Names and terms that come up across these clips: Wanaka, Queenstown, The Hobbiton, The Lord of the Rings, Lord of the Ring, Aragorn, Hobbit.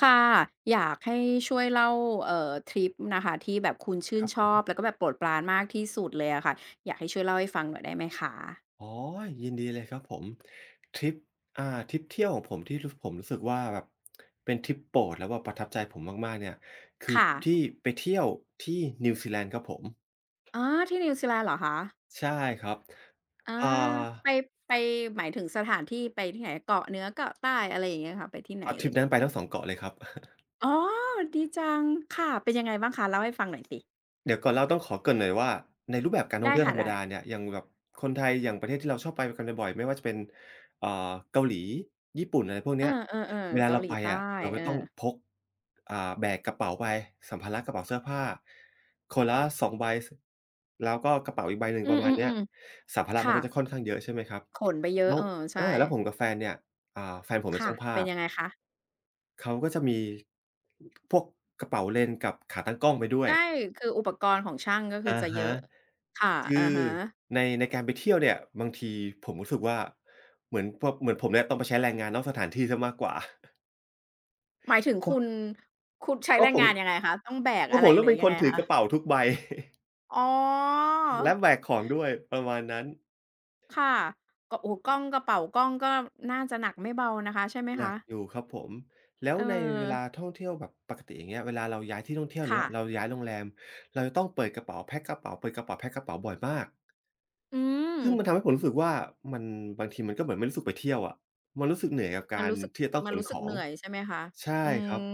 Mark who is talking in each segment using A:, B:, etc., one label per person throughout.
A: ค่ะอยากให้ช่วยเล่าทริปนะคะที่แบบคุณชื่
B: ค
A: น
B: รับ
A: ช
B: ผ
A: อ
B: ม
A: บแล้วก็แบบโปรดปรานมากที่สุดเลยอะค่ะอยากให้ช่วยเล่าให้ฟังหน่อยได้ไหมคะ
B: อ๋อยินดีเลยครับผมทริปทริปเที่ยวของผมที่รู้ผมรู้สึกว่าแบบเป็นทริปโปรดแล้วแบบประทับใจผมมากๆเนี่ยคือ
A: ค่ะ
B: ทริปที่ไปเที่ยวที่นิวซีแลนด์ครับผม
A: อ๋อที่นิวซีแลนด์เหรอคะ
B: ใช่ครับ
A: อา
B: อ่า
A: ไปไปหมายถึงสถานที่ไปที่ไหนเกาะเหนือเกาะใต้อะไรอย่างเงี้ยค่ะไปที่ไหน
B: ท
A: เอ่
B: ริ
A: ย
B: ปนั้นไปทั้งสองเกาะเลยครับ
A: อ๋อดีจังค่ะเป็นยังไงบ้างคะเล่าให้ฟังหน่อยสิ
B: เดี๋ยวก่อนเล่าต้องขอเกริ่นหน่อยว่าในรูปแบบการท่อ
A: ได้
B: งเที่ยว
A: ค่ะ
B: ธรรม
A: ได้
B: ดาเนี่ยอย่างแบบคนไทยอย่างประเทศที่เราชอบไปกันบ่อยๆไม่ว่าจะเป็นเอ่อเกาหลีญี่ปุ่นอะไรพวก
A: เออ
B: เนี้ย
A: ๆ
B: เว
A: ๆ
B: ลา
A: เกา
B: เรา
A: หลี
B: ไปอะ
A: ใต้
B: เราก็
A: เอ
B: ต้อ
A: อ
B: งพกแบกกระเป๋าไปสัมภาระกระเป๋าเสื้อผ้าคนละ2ใบสแล้วก็กระเป๋าอีกใบหนึ่ง
A: อื
B: ประมาณเนี้ย
A: มๆ
B: สัมภา
A: ๆ
B: ระมัน
A: ค่ะ
B: ก็จะค่อนข้างเยอะใช่ไหมครับ
A: ขนไปเยอะ
B: แล้ว
A: เออใช่
B: แล้วผมกับแฟนเนี่ยแฟนผมเป็น
A: ค่ะ
B: ช่างภา
A: เป็น
B: พ
A: ยังไงคะ
B: เขาก็จะมีพวกกระเป๋าเลนส์กับขาตั้งกล้องไปด้วย
A: ใช่คืออุปกรณ์ของช่างก็คื
B: อะ
A: อจะเย
B: ฮะ
A: อะค่ะ
B: คื
A: อะ
B: อ
A: ฮะ
B: ในการไปเที่ยวเนี่ยบางทีผมรู้สึกว่าเหมือนพวกเหมือนผมเนี่ยต้องไปใช้แรงงานนอกสถานที่เสียมากกว่า
A: หมายถึ ง
B: เพราะ
A: คุณใช้
B: เพ
A: แร
B: ราะ
A: ง
B: ผม
A: งานยังไงคะต้องแบก
B: เพราะ
A: อะ
B: ผ
A: ไร
B: ม
A: ห
B: ต้อ
A: รื
B: ง
A: อ
B: เป็น
A: ยั
B: ค
A: ง
B: น
A: ไง
B: ถือก
A: คะ
B: ระเป๋าทุกใบ
A: อ๋อ
B: และแบกของด้วยประมาณนั้น
A: ค่ะก็โอ้โฮกล้องกระเป๋ากล้องก็น่าจะหนักไม่เบานะคะใช่ไหม
B: หนั
A: คะ
B: กอยู่ครับผมแล้ว
A: เออ
B: ในเวลาท่องเที่ยวแบบปกติอย่างเงี้ยเวลาเราย้ายที่ท่องเที่ยวอย่าง
A: ค่ะ
B: เงี้ยเราย้ายโรงแรมเราจะต้องเปิดกระเป๋าแพ็กกระเป๋าเปิดกระเป๋าแพ็กกระเป๋าบ่อยมาก
A: อืม
B: ซึ่งมันทำให้ผมรู้สึกว่ามันบางทีมันก็เหมือนไม่รู้สึกไปเที่ยวอะมันรู้สึกเหนื่อยกับ
A: มัน
B: การ
A: รู้สึก
B: ที่จะต้อง
A: มั
B: ข
A: น
B: น
A: รู้
B: ข
A: สึก
B: อ
A: เห
B: ง
A: นื่อยใช่ไหมคะ
B: ใช่
A: อื
B: ครับ
A: ม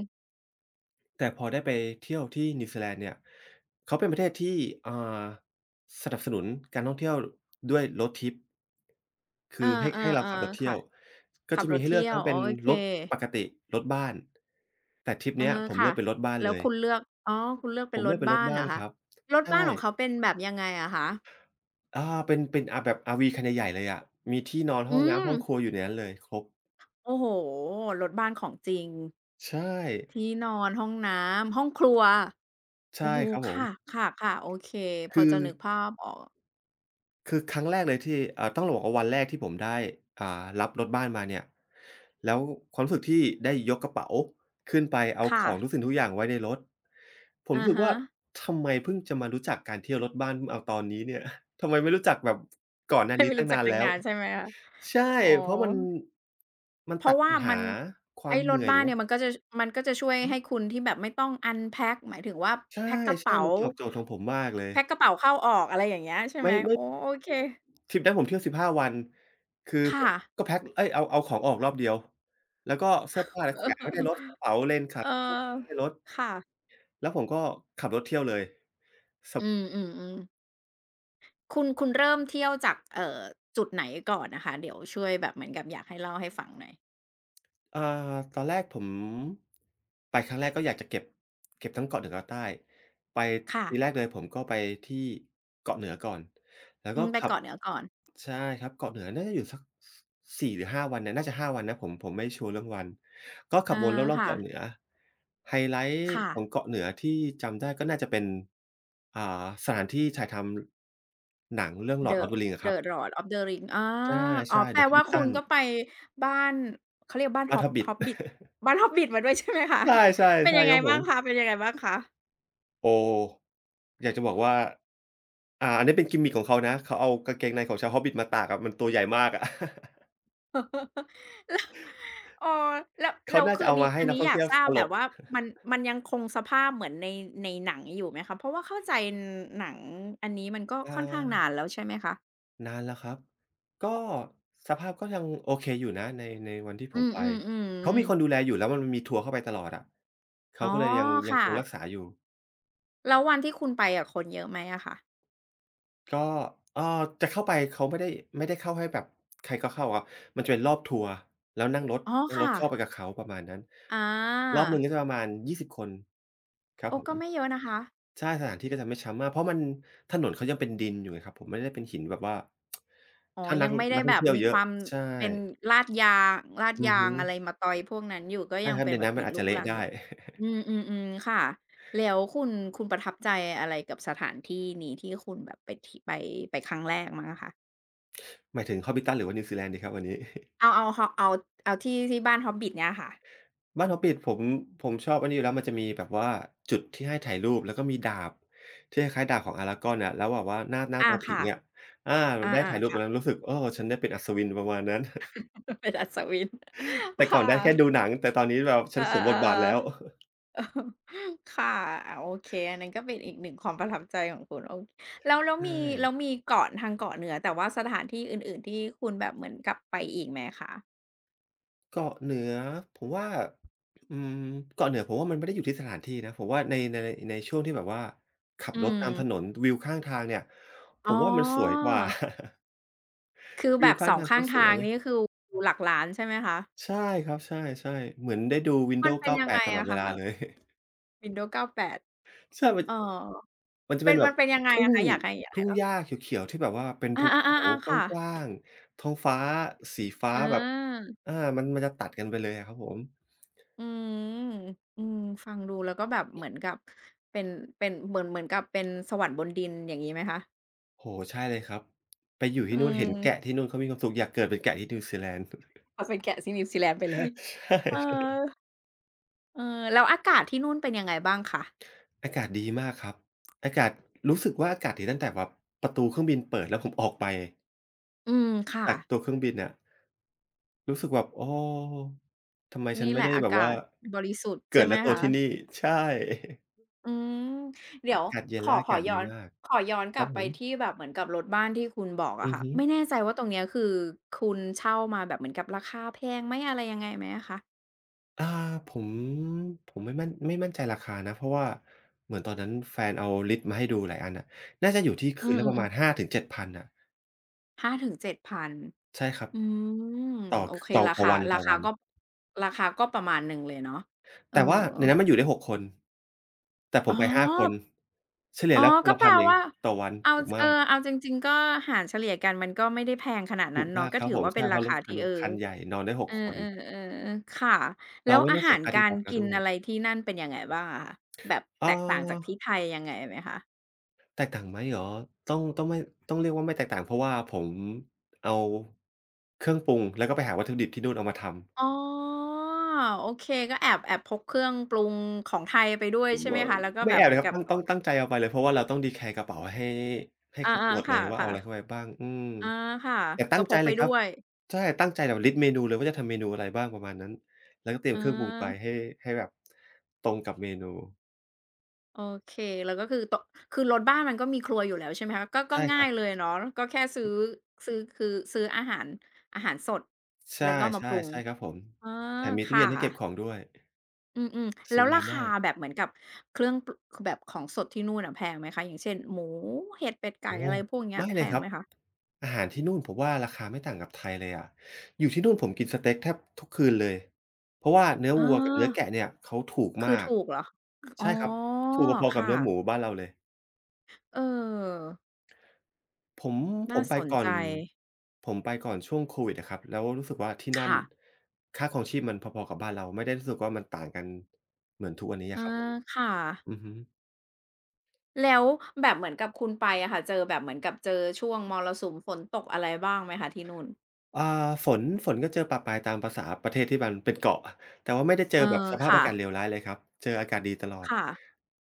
B: แต่พอได้ไปเที่ยวที่นิวซีแลนด์เนี่ยเขาเป็นประเทศที่อ่าสนับสนุนการท่องเที่ยวด้วย Road Trip
A: เออ
B: คือให้เราขับร
A: ๆ
B: ถ
A: ๆ
B: เที่ย
A: ค่ะ
B: วก็
A: ขับ
B: จะ
A: ร
B: มี
A: ถ
B: ให้เลื
A: เที่
B: อก
A: ยว
B: ทั้ง
A: โอ
B: เป็น
A: เค
B: รถปกติรถบ้านแต่ทริปเนี้ย
A: เอะ
B: ผมเลื
A: ค่ะ
B: อกเป็นรถบ้าน
A: แล้
B: เล
A: ว
B: ย
A: คุณเลือกอ๋อคุณเลือก
B: ผ
A: เป็น
B: ม
A: ร
B: เลือ
A: ถ
B: กเป็นรถ
A: บ้านเห
B: บ้า
A: รอ
B: นค
A: คะ
B: รับ
A: รถบ้า
B: ใช่
A: นของเขาเป็นแบบยังไงอะคะ
B: อาเป็นแบบ RV คันใหญ่ๆเลยอะมีที่นอน
A: อื
B: ห้องน้ำ
A: ม
B: ห้องครัวอยู่ในนั้นเลยครบ
A: โอ้โฮรถบ้านของจริง
B: ใช่
A: ที่นอนห้องน้ำห้องครัว
B: ใช่
A: โอ้โฮ
B: ครับผ
A: ค่
B: ม
A: ะๆๆโอเคพอ
B: คือ
A: จะนึกภาพออก
B: คือครั้งแรกเลยที่ต้องบอกว่าวันแรกที่ผมได้อ่ารับรถบ้านมาเนี่ยแล้วความรู้สึกที่ได้ยกกระเป๋าขึ้นไปเอาข
A: ค่ะ
B: องทุกสิ่งทุกอย่างไว้ในรถผม
A: อะ
B: รู้สึก
A: ฮะ
B: ว่าทำไมเพิ่งจะมารู้จักการเที่ยวรถบ้านเอาตอนนี้เนี่ย ทำไมไม่รู้จักแบบก่อนห
A: เค
B: น้า
A: ย
B: นี้
A: ไม่
B: ตั้ง
A: รู้จัก
B: นาน
A: นาง
B: แล้ว
A: นาใช่ไหมคะ
B: ใช่
A: อ๋อ
B: เพราะมัน
A: เพ
B: ตั
A: ราะ
B: ด
A: ว่า
B: ปัญ
A: มั
B: หา
A: น
B: ควา
A: ไอ้
B: ม
A: ร
B: เห
A: ถ
B: นื่อยห
A: บ้า
B: รื
A: น
B: อว่า
A: เนี่ยมันก็จะช่วย
B: อือ
A: ให้คุณที่แบบไม่ต้อง unpack หมายถึงว่า
B: ใช่
A: แพ็กกระเป๋า
B: ๆมันตอบโจทย์ของผมมากเลย
A: แพ็กกระเป๋าเข้าออกอะไรอย่างเงี้ยใช่ไหม
B: ไม่ไม่
A: โอ้โอเค
B: ทริปนั้นผมเที่ยว15วันคือผ
A: ค่ะ
B: มก็แพ็กเอ๊ยเอาของออกรอบเดียว แล้วก็เสื้อผ้าอะไรแขวนไว้ในรถก ระเป๋าเลนส์ขา
A: เอ
B: ไม่ได้ใน
A: อ
B: รถ
A: ค่ะ
B: แล้วผมก็ขับรถเที่ยวเลยส
A: อืมๆๆ คุณเริ่มเที่ยวจากจุดไหนก่อนนะคะเดี๋ยวช่วยแบบเหมือนกับอยากให้เล่าให้ฟังหน่อย
B: เอ่อตอนแรกผมไปครั้งแรกก็อยากจะเก็บเก็บทั้งเกาะเหนือเกาะใต้ไปทีแร
A: ค่ะ
B: กเลยผมก็ไปที่เกาะเหนือก่อนแล้ว
A: อื
B: ก็
A: มไป
B: ขับ
A: เกาะเหนือก่อน
B: ใช่ครับเกาะเหนือน่าจะอยู่สักสสี่หรือห้าวันเนี่ยน่าจะห้าวันนะผมไม่ชัวร์เรื่องวันก็ขับ
A: อา
B: วนรอบๆ
A: ค่ะ
B: เกาะเหนือไฮไลต์
A: ค่ะ
B: ของเกาะเหนือที่จำได้ก็น่าจะเป็นอ่าสถานที่ถ่ายทำหนังเรื่อง Lord
A: The
B: of the Ring อะครั
A: The
B: บ
A: Lord of the Rings อา
B: ใช
A: อ๋อ
B: ่ๆ
A: แปล
B: The
A: ว่าคุณ
B: Hobbiton
A: ก็ไปบ้านเขาเรียกบ้าน
B: บ้าน
A: Hob
B: Hobbit
A: Hobbit บ้าน Hobbit มาด้วยใช่ไหมคะ
B: ใช่
A: เป็
B: ๆ
A: น
B: ใช่
A: ยัง
B: ค
A: ไง
B: รับผ
A: บ้า
B: ม
A: งคะเป็นยังไงบ้างคะ
B: โอ้ อยากจะบอกว่าอันนี้เป็นกิมมิกของเขานะ เขาเอากางเกงในของชาว Hobbit มาตากอะมันตัวใหญ่มากอะ
A: แล้วอออแล้วแล้
B: เขา
A: ว
B: น่า
A: คื
B: จะ
A: อ
B: เอา
A: นี้
B: มาให้
A: อัน
B: นัก
A: นี้
B: ท่
A: อ
B: อง
A: ยาก
B: เที่ยว
A: ท
B: ส
A: ราบ
B: ตล
A: แบบ
B: ก
A: ว่ามันมันยังคงสภาพเหมือนในหนังอยู่ไหมคะเพราะว่าเข้าใจนหนังอันนี้มันก็
B: อ
A: ค่อนข้างนานแล้
B: า
A: วใช่ไหมคะ
B: นานแล้วครับก็สภาพก็ยังโอเคอยู่นะในวันที่ผ
A: อื
B: ม
A: มๆ
B: ไป
A: อือฮึ
B: เขามีคนดูแลอยู่แล้วมันมีทัวร์เข้าไปตลอดอะ
A: อ๋
B: เขา
A: อ
B: ก็เลยยังค
A: ค่ะ
B: งรักษาอยู่
A: แล้ววันที่คุณไปอะคนเยอะไหมอะคะ
B: ก็เอ่อจะเข้าไปเขาไม่ได้ไม่ได้เข้าให้แบบใครก็เข้าอะมันจะเป็นรอบทัวร์แล้ว
A: อ๋อ
B: นั่งรถ
A: ค่ะ
B: เข้าไปกับเขาประมาณนั้น
A: อา
B: รอบหนึ่งก็จะประมาณ20คนครับ
A: โอ้
B: ผ
A: ก็ไม่เย
B: ม
A: อะนะคะ
B: ใช่สถานที่ก็จะไม่ช้ำมากเพราะมันถนนเขายังเป็นดินอยู่ไงครับผมไม่ได้เป็นหินแบบว่า
A: อ๋อ
B: ถ้า
A: ยังไม่ได้
B: นักท่
A: แบ
B: อง
A: บ
B: เที่ยว
A: มี
B: เย
A: ค
B: อะ
A: วาม
B: ใช่
A: เป็นลาดยางลาด
B: อือ
A: ยา
B: ฮึ
A: งอะไรมาตอยพวกนั้นอยู่ก็
B: ใช่
A: ยัง
B: ครับ
A: เป็น
B: ใน
A: แบบ
B: นั้นมั
A: หิ
B: น
A: น
B: อาจ
A: ลู
B: จะ
A: ก
B: เละ
A: รัง
B: ได้
A: อยู่ อืมอืมอืมค่ะแล้วคุณประทับใจอะไรกับสถานที่นี้ที่คุณแบบไปที่ไปครั้งแรกมั้งอะคะ
B: หมายถึง Hobbiton หรือว่านิวซีแลนด์ดีครับวันนี้
A: เอาเอาฮอเอาเอาที่บ้าน Hobbit เนี่ยค่ะ
B: บ้าน Hobbit ผมชอบอันนี้อยู่แล้วมันจะมีแบบว่าจุดที่ให้ถ่ายรูปแล้วก็มีดาบที่คล้ายๆดาบของ Aragorn อะแล้วแบบว่าหน้า
A: อา
B: ตัวผิ
A: ค่ะ
B: งอะอา
A: อา
B: ได้ถ่ายรู
A: ๆ
B: ปตร
A: ค่ะ
B: งนั้นรู้สึกโอ้ฉันได้เป็นอัศวินประมาณนั้น
A: เป็นอัศวิน
B: แต่ ก่อน
A: ค่ะ
B: ได้แค่ดูหนังแต่ตอนนี้แบบ
A: เอ
B: ฉั
A: อ
B: นสวมบทบาทแล้
A: ๆ
B: ว
A: ๆ ค่ะอาโอเคอันนั้นก็เป็นอีกหนึ่งความประทับใจของคุณโอแล้ วแล้ว
B: ใช่
A: มีแล้วมีเกาะทางเกาะเหนือแต่ว่าสถานที่อื่นๆที่คุณแบบเหมือนกลับไปอีกไหมคะ
B: เกาะเหนือผมว่าอืมเกาะเหนือผมว่ามันไม่ได้อยู่ที่สถานที่นะผมว่าในช่วงที่แบบว่าขับ
A: อื
B: รถ
A: ม
B: ตามถนนวิวข้างทางเนี่ยผ
A: อ๋
B: มว่ามันสวย
A: อ
B: กว่า
A: คือแบ
B: วิว
A: บ
B: ข้า
A: ส
B: ง
A: อง
B: ทาง
A: ข้า
B: เขา
A: ง
B: ส
A: ทา
B: ว
A: ง
B: ย
A: นี่คือหลักล้านใช่ไหมคะ
B: ใช่ครับใช่ๆเหมือนได้ดู
A: มัน
B: Windows
A: เป็นยังไง
B: 98ตลอด
A: อะ
B: เว
A: คะ
B: ลาเลย
A: Windows 98
B: ใช่มัน
A: เออ
B: มันจะ
A: เป็
B: เป็
A: น
B: นแบ
A: มั
B: บ
A: นเป็นยังไง
B: ทุ่
A: อะ
B: ง
A: คะอยากให้อยาก
B: ทุ่
A: ให้
B: งหญ้าเขียวๆที่แบบว่าเป็น
A: อา
B: ภูเขา
A: ๆๆๆ
B: ก
A: ค่ะ
B: ว้างๆท้องฟ้าสีฟ้า
A: อ
B: แบบ
A: า
B: อามันจะตัดกันไปเลยอะครับผม
A: อืมอืมฟังดูแล้วก็แบบเหมือนกับเป็นเป็นเหมือนเหมือนกับเป็นสวรรค์บนดินอย่างงี้ไหมคะ
B: โอ้โฮใช่เลยครับไปอยู่
A: อื
B: ที่นู่นเห็นแกะ
A: ม
B: ที่นู่นเขามีความสุขอยากเกิดเป็นแกะที่นิวซีแลนด์
A: เอาเป็นแกะที่นิวซีแลนด์ไปเลย
B: ใช่
A: เออเออแล้วอากาศที่นู่นเป็นยังไงบ้างคะ
B: อากาศดีมากครับอากาศรู้สึกว่าอากาศดีตั้งแต่แบบประตูเครื่องบินเปิดแล้วผมออกไป
A: อืมค่ะ
B: จากตัวเครื่องบินอะ รู้สึกแบบอ้อทำไมฉัน
A: นี่
B: ไม่
A: แหละ
B: ได้
A: อา
B: แบบ
A: กา
B: ว่า
A: ศบริสุทธิ์
B: เกิ
A: ใช่
B: ด
A: ไหม
B: และโต
A: คะ
B: ที่นี่ใช่
A: อืม เดี๋
B: อา
A: ยว
B: กาศเย็น
A: ขอ
B: และอา
A: ขอ
B: กาศ
A: ย้
B: ดี
A: อน
B: มาก
A: ขอย้อน
B: ค
A: ก
B: รั
A: ลั
B: บ
A: บ
B: ผ
A: ไปที่
B: ม
A: แบบเหมือนกับรถบ้านที่คุณบอกอะ
B: อือ
A: ค่ะ
B: ฮึ
A: ไม่แน่ใจว่าตรงเนี้ยคือคุณเช่ามาแบบเหมือนกับราคาแพงไหมอะไรยังไงไหมอะคะ
B: อ่าผมผมไม่มั่นไม่มั่นใจราคานะเพราะว่าเหมือนตอนนั้นแฟนเอาลิสต์มาให้ดูหลายอันน่ะน่าจะอยู่ที่
A: อื
B: คืน
A: ม
B: ละประมาณ
A: ๆๆ
B: 5งเจ7 0 0 0นน่ะ
A: 5เจ็7 0 0 0
B: ใช่ครับ
A: อืม
B: ต่อ
A: โอ
B: ค
A: เค
B: ต่อ
A: รา
B: ต่อ
A: คา
B: วัน
A: รา
B: ต่อ
A: คา
B: วัน
A: ก็ราคาก็ประมาณหนึ่งเลยเนาะเอ
B: แต่ว่าใน
A: อๆ
B: นั้นมันอยู่ได้6คนแต่ผ
A: อ๋อ
B: มไป5คนเฉลี่
A: อ๋
B: ย
A: อ
B: แล้วคน
A: ก็
B: ละ
A: แปล
B: พันเอง
A: ว่า
B: ต่อวัน
A: เอา
B: ถูก
A: เออ
B: มาก
A: เอาจริงๆก็หารเฉลี่ยกันมันก็ไม่ได้แพงขนาด
B: ถู
A: นั้น
B: ก
A: เนาะ
B: มาก
A: ก็
B: ครับ
A: ถือ
B: ผม
A: ว่าเป็น
B: ใช่เพ
A: รา
B: ราะร
A: คา
B: ถคั
A: ที่
B: น
A: เออ
B: คันใหญ่นอนได้หก
A: เอ
B: คน
A: อๆๆๆค่ะแล้
B: เรา
A: ว
B: ไม่
A: อา
B: ต้อง
A: หา
B: เสีย
A: ร
B: ค่าที่
A: การ
B: พักแล้ว
A: กิน
B: ด้วย
A: อะไรที่นั่นเป็นยังไงบ้างอะคะแบบ
B: เอ่
A: แตกต่างจาก
B: อ
A: ที่ไทยยังไงไหมคะ
B: แตกต่างไหมเหรอต้องต้องไม่ต้องเรียกว่าไม่แตกต่างเพราะว่าผมเอาเครื่องปรุงแล้วก็ไปหาวัตถุดิบที่นู่นเอามาทำ
A: อ๋อโอเคก็แอบพกเครื่องปรุงของไทยไปด้วย
B: เอ่
A: ใช่ไหม
B: อ
A: คะแล้วก็
B: ไม่
A: แบ
B: แอ
A: บ
B: บ
A: เห
B: เล
A: มือ
B: ย
A: น
B: ครับ
A: กับอ
B: ตั้งใจเอาไปเลยเพราะว่าเราต้องดีแคร์กระเป๋าให้
A: อา
B: เขาตรวจ
A: ๆค
B: เลยว่าเอา
A: ่ะ
B: อะไรเข้าไป
A: ๆ
B: บ้างอืม
A: อาค่ะ
B: แต่ตั้
A: ก็
B: ง
A: พ
B: ใจ
A: กไป
B: เลยครับ
A: ด้วย
B: ใช่ตั้งใจแบบลิสต์เมนูเลยว่าจะทำเมนูอะไรบ้างประมาณนั้น แล้วก็เตรีย
A: เอ
B: ม
A: อ
B: เครื่องปรุงไปให้แบบตรงกับเมนู
A: โอเคแล้วก็คือโตะคือรถบ้านมันก็มีครัวอยู่แล้วใช่ไหมคะก็ก็
B: ใช่ค
A: ง่า
B: รั
A: ย
B: บ
A: เลยเนาะก็แค่ซื้อคือซื้ออาหารอาหารสดแล้
B: ใช่
A: วก็มาปรุง
B: ๆใช่ครับผม
A: อ๋อ
B: แถมมีตู้
A: ค่ะ
B: เย็นให้เก็บของด้วย
A: อืม
B: ส
A: แล้วรา
B: บาย
A: คา
B: มาก
A: แบบเหมือนกับเครื่องปคือแบบของสดที่นู่นอะแพงไหมคะอย่างเช่นหมูเห็ดเป็ดไก่
B: โอ้
A: อะไรพวกเนี้ย
B: ไม่
A: แพ
B: เลย
A: ง
B: ครั
A: ไห
B: บ
A: มคะ
B: อาหารที่นู่นผมว่าราคาไม่ต่างกับไทยเลยอะอยู่ที่นู่นผมกินสเต็กแทบทุกคืนเลยเพราะว่าเนื้อ
A: เออ
B: วัวกับเนื้อแกะเนี่ยเขาถูก
A: คือ
B: มาก
A: ถูกเหรออ๋
B: ใช่
A: อ
B: ครับถูกพอๆกับเนื้อหมู
A: ค่ะ
B: บ้านเราเลย
A: เออ
B: ผมผ
A: น่า
B: มไป
A: สน
B: ก่อ
A: ใจ
B: นผมไปก่อนช่วงโควิดอะครับแล้วรู้สึกว่าที่นั่น
A: ค่ะ
B: ค่าครองชีพมันพอๆกับบ้านเราไม่ได้รู้สึกว่ามันต่างกันเหมือนทุกวันนี้
A: เออ
B: อะครับผม
A: ค่ะ
B: อือฮึ
A: แล้วแบบเหมือนกับคุณไปอะค่ะเจอแบบเหมือนกับเจอช่วงมรสุมฝนตกอะไรบ้างไหมคะที่นู่น
B: อ่าฝนก็เจอปะปายตามประสาประเทศที่มันเป็นเกาะแต่ว่าไม่ได้เจอ
A: เออ
B: แบบสภาพอากาศ
A: ค่ะ
B: เลวร้ายเลยครับเจออากาศดีตลอด
A: ค่ะ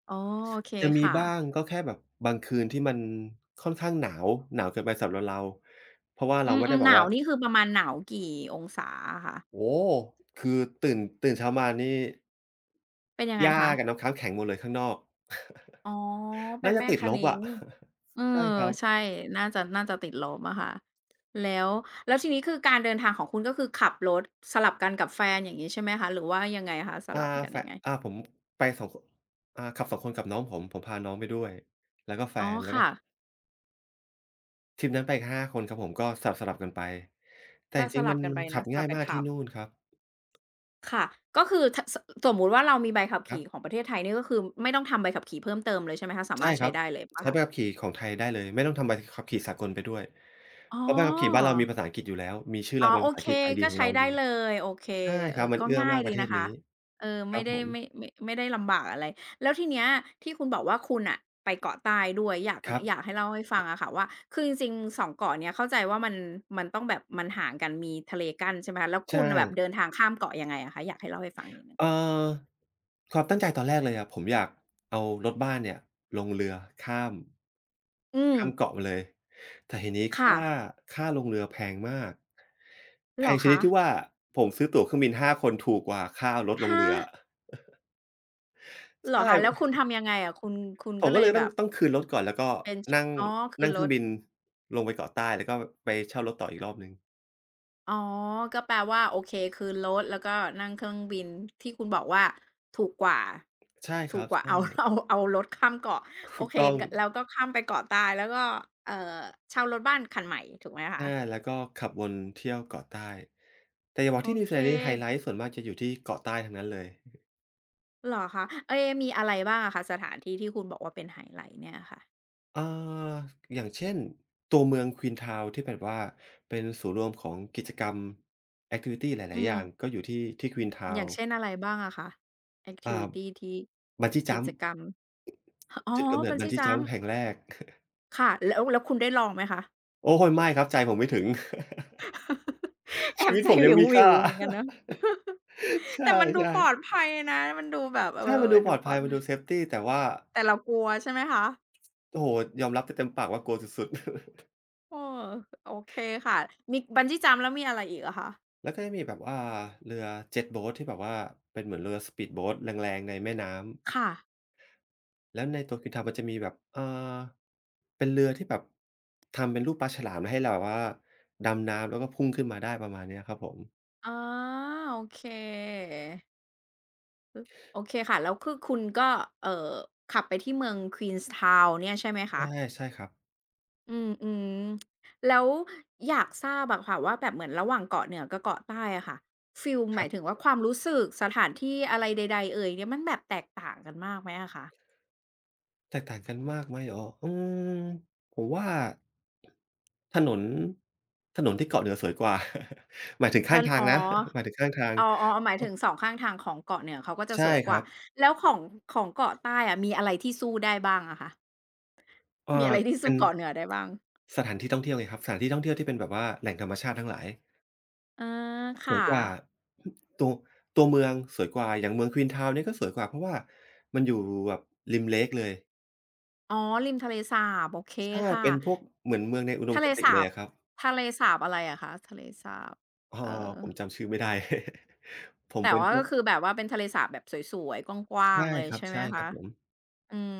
A: อ๋อโอเค
B: จะมี
A: ค่ะ
B: บ้างก็แค่แบบบางคืนที่มันค่อนข้างหนาวหนาวเกินไปสำหรับเราเพราะว่า
A: อื
B: เรา
A: ม
B: ไม่ได้
A: ๆ
B: แบ
A: ห
B: บ
A: นาว
B: ว่า
A: นี่คือประมาณหนาวกี่องศาอะคะ
B: โอ้โฮคือตื่นเช้ามานี่
A: เป็นยังไง
B: หญ้า
A: คะ
B: กับน้ำค้างแข็งหมดเลยข้างนอก
A: อ๋อ เป็
B: น่า
A: น
B: จะ
A: แม่
B: ติด
A: คะ
B: ลบ
A: นิ้
B: อะ
A: งเออ
B: ใช่ครับ
A: ใช่น่าจะน่าจะติดลมอะค่ะ แล้วแล้วทีนี้คือการเดินทางของคุณก็คือขับรถสลับกันกับแฟนอย่างงี้ใช่ไหมคะ หรือว่ายังไงคะส
B: อ่า
A: ลับกัน
B: แฟ
A: ยั
B: น
A: งไง
B: ผมไป2คนขับสองคนกับน้องผมผมพาน้องไปด้วยแล้วก็แฟ
A: อ๋อ
B: นแล้วก็
A: ค่ะ
B: ทริปนั้นไปกัน5คนครับผมก็สลับๆกันไปแต่
A: ก็
B: จ
A: ส
B: ริงๆ
A: ลั
B: มั
A: บ
B: น
A: กัน
B: มั
A: ไป
B: นขั
A: นะ
B: บ
A: สลั
B: ง่า
A: บ
B: ย
A: กัน
B: มาก
A: ขั
B: ที่
A: บ
B: นู่นครับ
A: ค่ะก็คือถสสมมุติว่าเรามีใบขับ
B: ครั
A: ขี่ขอ
B: บ
A: งประเทศไทยนี่ก็คือไม่ต้องทำใบขับขี่เพิ่มเติมเลยใช่ไหมคะสา
B: ใช่
A: มารถ
B: ค
A: ใช้
B: รับ
A: ได้เลยเปล่า
B: ใช้
A: คะ
B: ใบขับขี่ของไทยได้เลยไม่ต้องทำใบขับขี่สากลไปด้วย
A: อ๋อ
B: เพราะใบขับขี่บ้านเรามีภาษาอังกฤษอยู่แล้วมีชื่อ
A: อ๋อ
B: เราเป็น
A: โอ
B: ภาษาอั
A: เค
B: งกฤษ ID
A: ก็
B: ของ
A: ใช้
B: เราอ
A: ได้
B: ยู่
A: เลยโอเค
B: ใช่ค
A: เอ
B: รับ
A: อ
B: มัน
A: ก็
B: เอื้อ
A: ง่าย
B: มากป
A: ดี
B: ระเทศ
A: นะ
B: นี้
A: คะเออ
B: ครั
A: ไม่
B: บผ
A: ได้
B: ม
A: ไม่ไม่ได้ลำบากอะไรแล้วทีเนี้ยที่คุณบอกว่าคุณน่ะไปเกาะใต้ด้วยอยาก
B: ครับ
A: อยากให้เล่าให้ฟังอะค่ะว่าคือจริงๆ2เกาะเนี้ยเข้าใจว่ามันมันต้องแบบมันห่างกันมีทะเลกั้นใช่ไหมคะแล้วคุณ
B: ใช่
A: แบบเดินทางข้ามเกาะยังไงอะคะอยากให้เล่าให้ฟังนิดหนึ่ง
B: เอ่อความตั้งใจตอนแรกเลยอะผมอยากเอารถบ้านเนี่ยลงเรือข้าม
A: อืม
B: ข้ามเกาะมาเลยแต่ทีนี้
A: ค่ะ
B: ค่าลงเรือแพงมากแพ
A: เหรอ
B: งชนิ
A: คะ
B: ดที่ว่าผมซื้อตั๋วเครื่องบิน5คนถูกกว่าค่ารถลง
A: ฮะ
B: เรือ
A: เหรอ
B: ใช่
A: คะแล้วคุณทำยังไงอะคุณคุณ
B: ผ
A: ก็
B: ม
A: เล
B: ก็เล
A: ย
B: ย
A: แบ
B: ต้อง
A: บ
B: ต้องคืนรถก่อนแล้วก็
A: เป็นช
B: นั่ง
A: อ๋อคือ
B: นั่งเค
A: ร
B: รื่อ
A: ถ
B: งบินลงไปเกาะใต้แล้วก็ไปเช่ารถต่ออีกรอบหนึ่ง
A: อ๋อ ก็แปลว่าโอเคคืนรถแล้วก็นั่งเครื่องบินที่คุณบอกว่าถูกกว่า
B: ใช่ค
A: ถูก
B: รับ
A: กว่า
B: ใช่
A: เอาเอาเอารถข้ามเกาะโอ
B: ถูก
A: เค
B: ต้อง
A: กแล้วก็ข้ามไปเกาะตายแล้วก็เอ่อเช่ารถบ้านคันใหม่ถูกไหมคะ
B: อาแล้วก็ขับวนเที่ยวเกาะใต้แต่อย่าบอก
A: โอ
B: ที่นิว
A: เค
B: ซีแลนด์นี่ไฮไลต์ส่วนมากจะอยู่ที่เกาะใต้ทั้งนั้นเลย
A: เหรอคะเอ๊มีอะไรบ้างอะคะสถานที่ที่คุณบอกว่าเป็นไฮไลต์เนี่ยค่ะ
B: อ่าอย่างเช่นตัวเมือง Queenstown ที่แบบว่าเป็นศูนย์รวมของกิจกรรมแอ็กทิวิตีห
A: อื
B: ลายๆอย่าง
A: ม
B: ก็อยู่ที่ที่
A: อย่า
B: Queenstown
A: งเช่นอะไรบ้างอะคะแอก
B: อ่า
A: ทิวิตีที่
B: บันจี้
A: กิ
B: จัม
A: จ
B: ป์
A: กรรมอ๋อ
B: จุดกำเนิ
A: บั
B: ด
A: น
B: บัน
A: จี
B: จี้
A: จั
B: จั
A: ม
B: ม
A: ป์
B: ป์แห่งแรก
A: ค่ะแล้วแล้วคุณได้ลองไหมคะ
B: โอ้โฮไม่ครับใจผมไม่ถึง
A: แอ
B: ชี
A: บ
B: วิต
A: ใจ
B: ผม
A: ห
B: ยังมี
A: วิ
B: ค่า
A: วๆเหมือนกันนะ
B: ใช
A: แต่มันดูปลอ
B: ่
A: ดภัยนะ มันดูแบบ
B: ๆ
A: เอ
B: ใช่
A: อ
B: มันดู
A: มัน
B: ปล
A: ดู
B: อด
A: ปลอ
B: ภัย
A: ด
B: มัน
A: ภั
B: ดู
A: ย
B: เซฟตีแต่ว่า
A: แต่เรากลัวใช่ไหมคะ
B: โอ้โฮยอมรับได้เต็มปากว่ากลัวสุดๆ
A: เออโอเคค่ะ มีบันจี้จัมแล้วมีอะไรอีกอะคะ
B: แล้วก็จะมีแบบว่าเรือเจ็ดโบ๊ทที่แบบว่าเป็นเหมือนเรือ Speedboat แรงๆในแม่น้ำ
A: ค่ะ
B: แล้วในโตเกียวทาวน์มันจะมีแบบเป็นเรือที่แบบทำเป็นรูปปลาฉลามแล้วให้เราแบบว่าดำน้ำแล้วก็พุ่งขึ้นมาได้ประมาณเนี้ยครับผม
A: อ๋อโอเค โอเคค่ะ แล้วคือคุณก็เอ่อขับไปที่เมือง Queenstown เนี่ยใช่ไหม
B: ใช่
A: คะ
B: ใช่ครับ
A: อืมๆแล้วอยากทราบอะค่ะว่าแบบเหมือนระหว่างเกาะเหนือกับเกาะใต้อะค่ะฟีล
B: ค
A: หมา
B: รั
A: ยถึง
B: บ
A: ว่าความรู้สึกสถานที่อะไรใดๆเอยเนี่ยมันแบบแตกต่างกันมากไหมอะคะ
B: แตกต่างกันมากไหมเหรออืมผมว่าถนนถนนที่เกาะเหนือสวยกว่า หมายถึงข้า
A: ท่า
B: ง
A: น
B: ทาง
A: อ๋อ
B: นะหมายถึงข้างทาง
A: อ๋อออหมาย
B: เออ
A: ถึง2ข้างทางของเกาะเหนือเขาก็จะส
B: ใช่
A: วยก
B: ค
A: ว่า
B: รับ
A: แล้วของของเกาะใต้อะมีอะไรที่สู้ได้บ้างอะคะ
B: เอ่อ
A: มีอะไรที่
B: เป็
A: สู้
B: น
A: เกาะเหนือได้บ้าง
B: สถานที่ท่องเที่ยวไงครับสถานที่ท่องเที่ยวที่เป็นแบบว่าแหล่งธรรมชาติทั้งหลาย
A: เออ
B: สว
A: ค่ะ
B: ยกว่า ตัวตัวเมืองสวยกว่าอย่างเมือง Queenstown เนี่ยก็สวยกว่าเพราะว่ามันอยู่แบบริมเลกเลย
A: อ๋อริมทะเลสาบโอเค
B: ใช่
A: ค่ะ
B: เป็นพวกเหมือนเมืองในอุดม
A: ทะเล
B: คติ
A: สา
B: เลย
A: บ
B: อะครับ
A: ทะเลสาบอะไรอะคะทะเลสาบ
B: อา
A: เออ
B: ผมจำชื่อไม่ได้ ผม
A: แต่
B: เป็น
A: ว่า
B: พว
A: ก็
B: ก
A: คือแบบว่าเป็นทะเลสาบแบบสวยๆกว้าง
B: ใช่
A: ๆเลย
B: ครับ
A: ใช่ไหม
B: ใช่ค
A: คะ
B: รับผม
A: อืม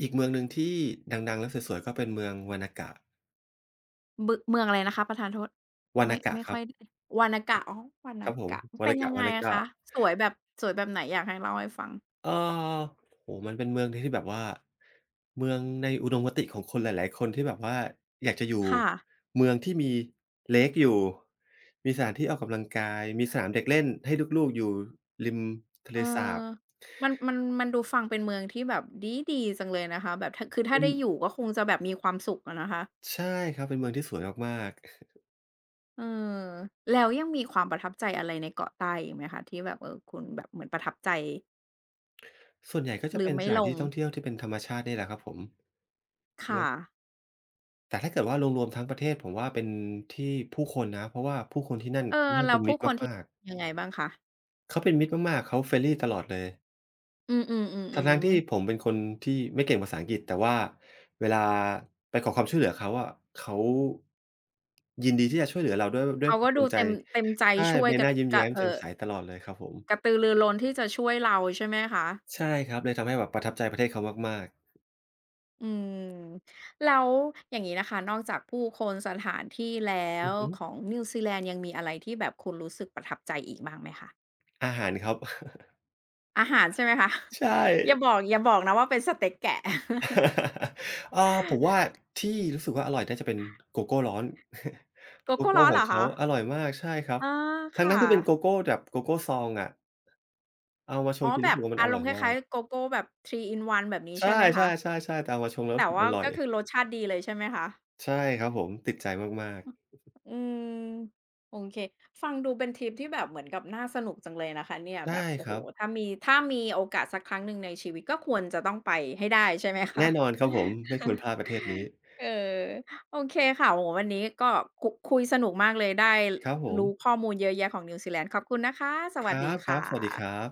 B: อีกเมืองหนึ่งที่ดังๆแล้วสวยๆก็เป็นเมืองวานากะ
A: บึเมืองอะไรนะคะประทานโทษ
B: วา
A: ไม่
B: นากะ
A: ไม่
B: ครั
A: ค่อ
B: บ
A: ยวานากะอ๋อวา
B: ค
A: นา
B: รับผม
A: กะ
B: วา
A: เป็น
B: นา
A: ยั
B: กะ
A: งไง
B: วานา
A: อะ
B: กะ
A: คะสวยแบบสวยแบบไหนอยากให้เล่าให้ฟัง
B: เออโอ้โฮมันเป็นเมืองที่แบบว่าเมืองในอุดมคติของคนหลายๆ คนที่แบบว่าอยากจะอยู่
A: ค่ะ
B: เมืองที่มีเลกอยู่มีสถานที่ออกกำลังกายมีสนามเด็กเล่นให้ลูกๆอยู่ริมทะเล
A: เออ
B: สาบ
A: มันมันมันดูฟังเป็นเมืองที่แบบดีๆจังเลยนะคะแบบถาคือถ้า
B: อื
A: ได้
B: ม
A: อยู่ก็คงจะแบบมีความสุขอะนะคะ
B: ใช่ครับเป็นเมืองที่สวยมาก
A: เออแล้วยังมีความประทับใจอะไรในเกาะใต้อีกไหมคะที่แบบเออคุณแบบเหมือนประทับใจ
B: ๆส่วนใหญ่ก็จะ
A: ลืม
B: เป็น
A: ไม่
B: สถา
A: ล
B: น
A: ง
B: ที่ท่องเที่ยวที่เป็นธรรมชาตินี่แหละครับผมแล้
A: ค่ะ
B: วแต่ถ้าเกิดว่ารวมๆทั้งประเทศผมว่าเป็นที่ผู้คนนะเพราะว่าผู้คนที่นั่น
A: เอ
B: ค่อน
A: อ
B: ข้าง
A: แล้ว
B: เป็นมิ
A: ผู้
B: ตร
A: คนที่
B: มาก
A: ยังไงบ้างคะ
B: ๆเขาเป็นมิตรมากๆเขาเฟรน n d l ตลอดเลย
A: อือ
B: ทั้งๆที่
A: ๆๆ
B: ผ
A: ๆ
B: มเป็นคนที่ไม่เก่งภาษาอังกฤษแต่ว่าเวลาไปขอความช่วยเหลือเขาอะเขายินดีที่จะช่วยเหลือเราด้วย
A: เขา
B: ควา
A: ก็
B: ม
A: ดู
B: เต็มใจ
A: เต็มเต็มใจ
B: ใช่
A: ช่วย
B: ใบ
A: ก
B: ห
A: ระ
B: น้ายิ้ม
A: กระ
B: แย้ม
A: เอ่
B: แจ่ม
A: อ
B: ใสตลอดเลยครับผม
A: กระตือรือร้นที่จะช่วยเราใช่ไหมคะ
B: ใช่ครับเลยทำให้แบบประทับใจประเทศเขามาก
A: อืมแล้วอย่างงี้นะคะนอกจากผู้คนสถานที่แล้
B: ๆอื
A: ว
B: อฮึ
A: ของนิวซีแลนด์ยังมีอะไรที่แบบคุณรู้สึกประทับใจอีกบ้างไหมคะ
B: อาหารครับ
A: อาหารใช่ไหมคะ
B: ใช่
A: อย่าบอกอย่าบอกนะว่าเป็นสเต็กแกะ
B: เอ่อผมว่าที่รู้สึกว่าอร่อยน่าจะเป็นโกโก้ร้อน
A: g o
B: โก
A: g o ้
B: โก้
A: o ้อ s s
B: ข
A: เห
B: อ
A: ร
B: ง
A: อ
B: เขา
A: คะ
B: อร่อยมากใช่ครับ
A: อา
B: ทั้
A: ค่ะ
B: งๆที่เป็นโกโก้แบบโกโก้ซองอะเอามาช
A: อ๋อ
B: งกิน
A: แบ
B: รู้
A: บ
B: สึกว่ามัน
A: อา
B: อ
A: ร
B: ร่
A: ม
B: อย
A: ณ์ค
B: มา
A: ล้าย
B: ก
A: ๆโกโก้แบบ3 in 1แบบนี้
B: ใช่
A: ใช่ไหม
B: ใช
A: คะ
B: ่ๆๆๆแต่เอามาชงแล้วรู้
A: แต่
B: สึก
A: ว่า
B: อร่อย
A: ก็คือรสชาติดีเลยใช่ไหมคะ
B: ใช่ครับผมติดใจมาก
A: อืมโอเคฟังดูเป็นทริปที่แบบเหมือนกับน่าสนุกจังเลยนะคะเนี่ย
B: ๆ
A: แบ
B: ได้
A: บโอ้
B: ค
A: โฮ
B: รับ
A: ถ้ามีถ้ามีโอกาสสักครั้งหนึ่งในชีวิตก็ควรจะต้องไปให้ได้ใช่ไหมคะ
B: แน่นอนครับผมไม่ควรพลาดประเทศนี้
A: เออโอเคค่ะโอ้โฮวันนี้ก็คุยสนุกมากเลยได้
B: ครับผม
A: รู้ข้อมูลเยอะแยะของนิวซีแลนด์ขอบคุณนะคะส
B: ค
A: วัสดีค่
B: รับๆสวัสดีครั
A: ะ
B: บ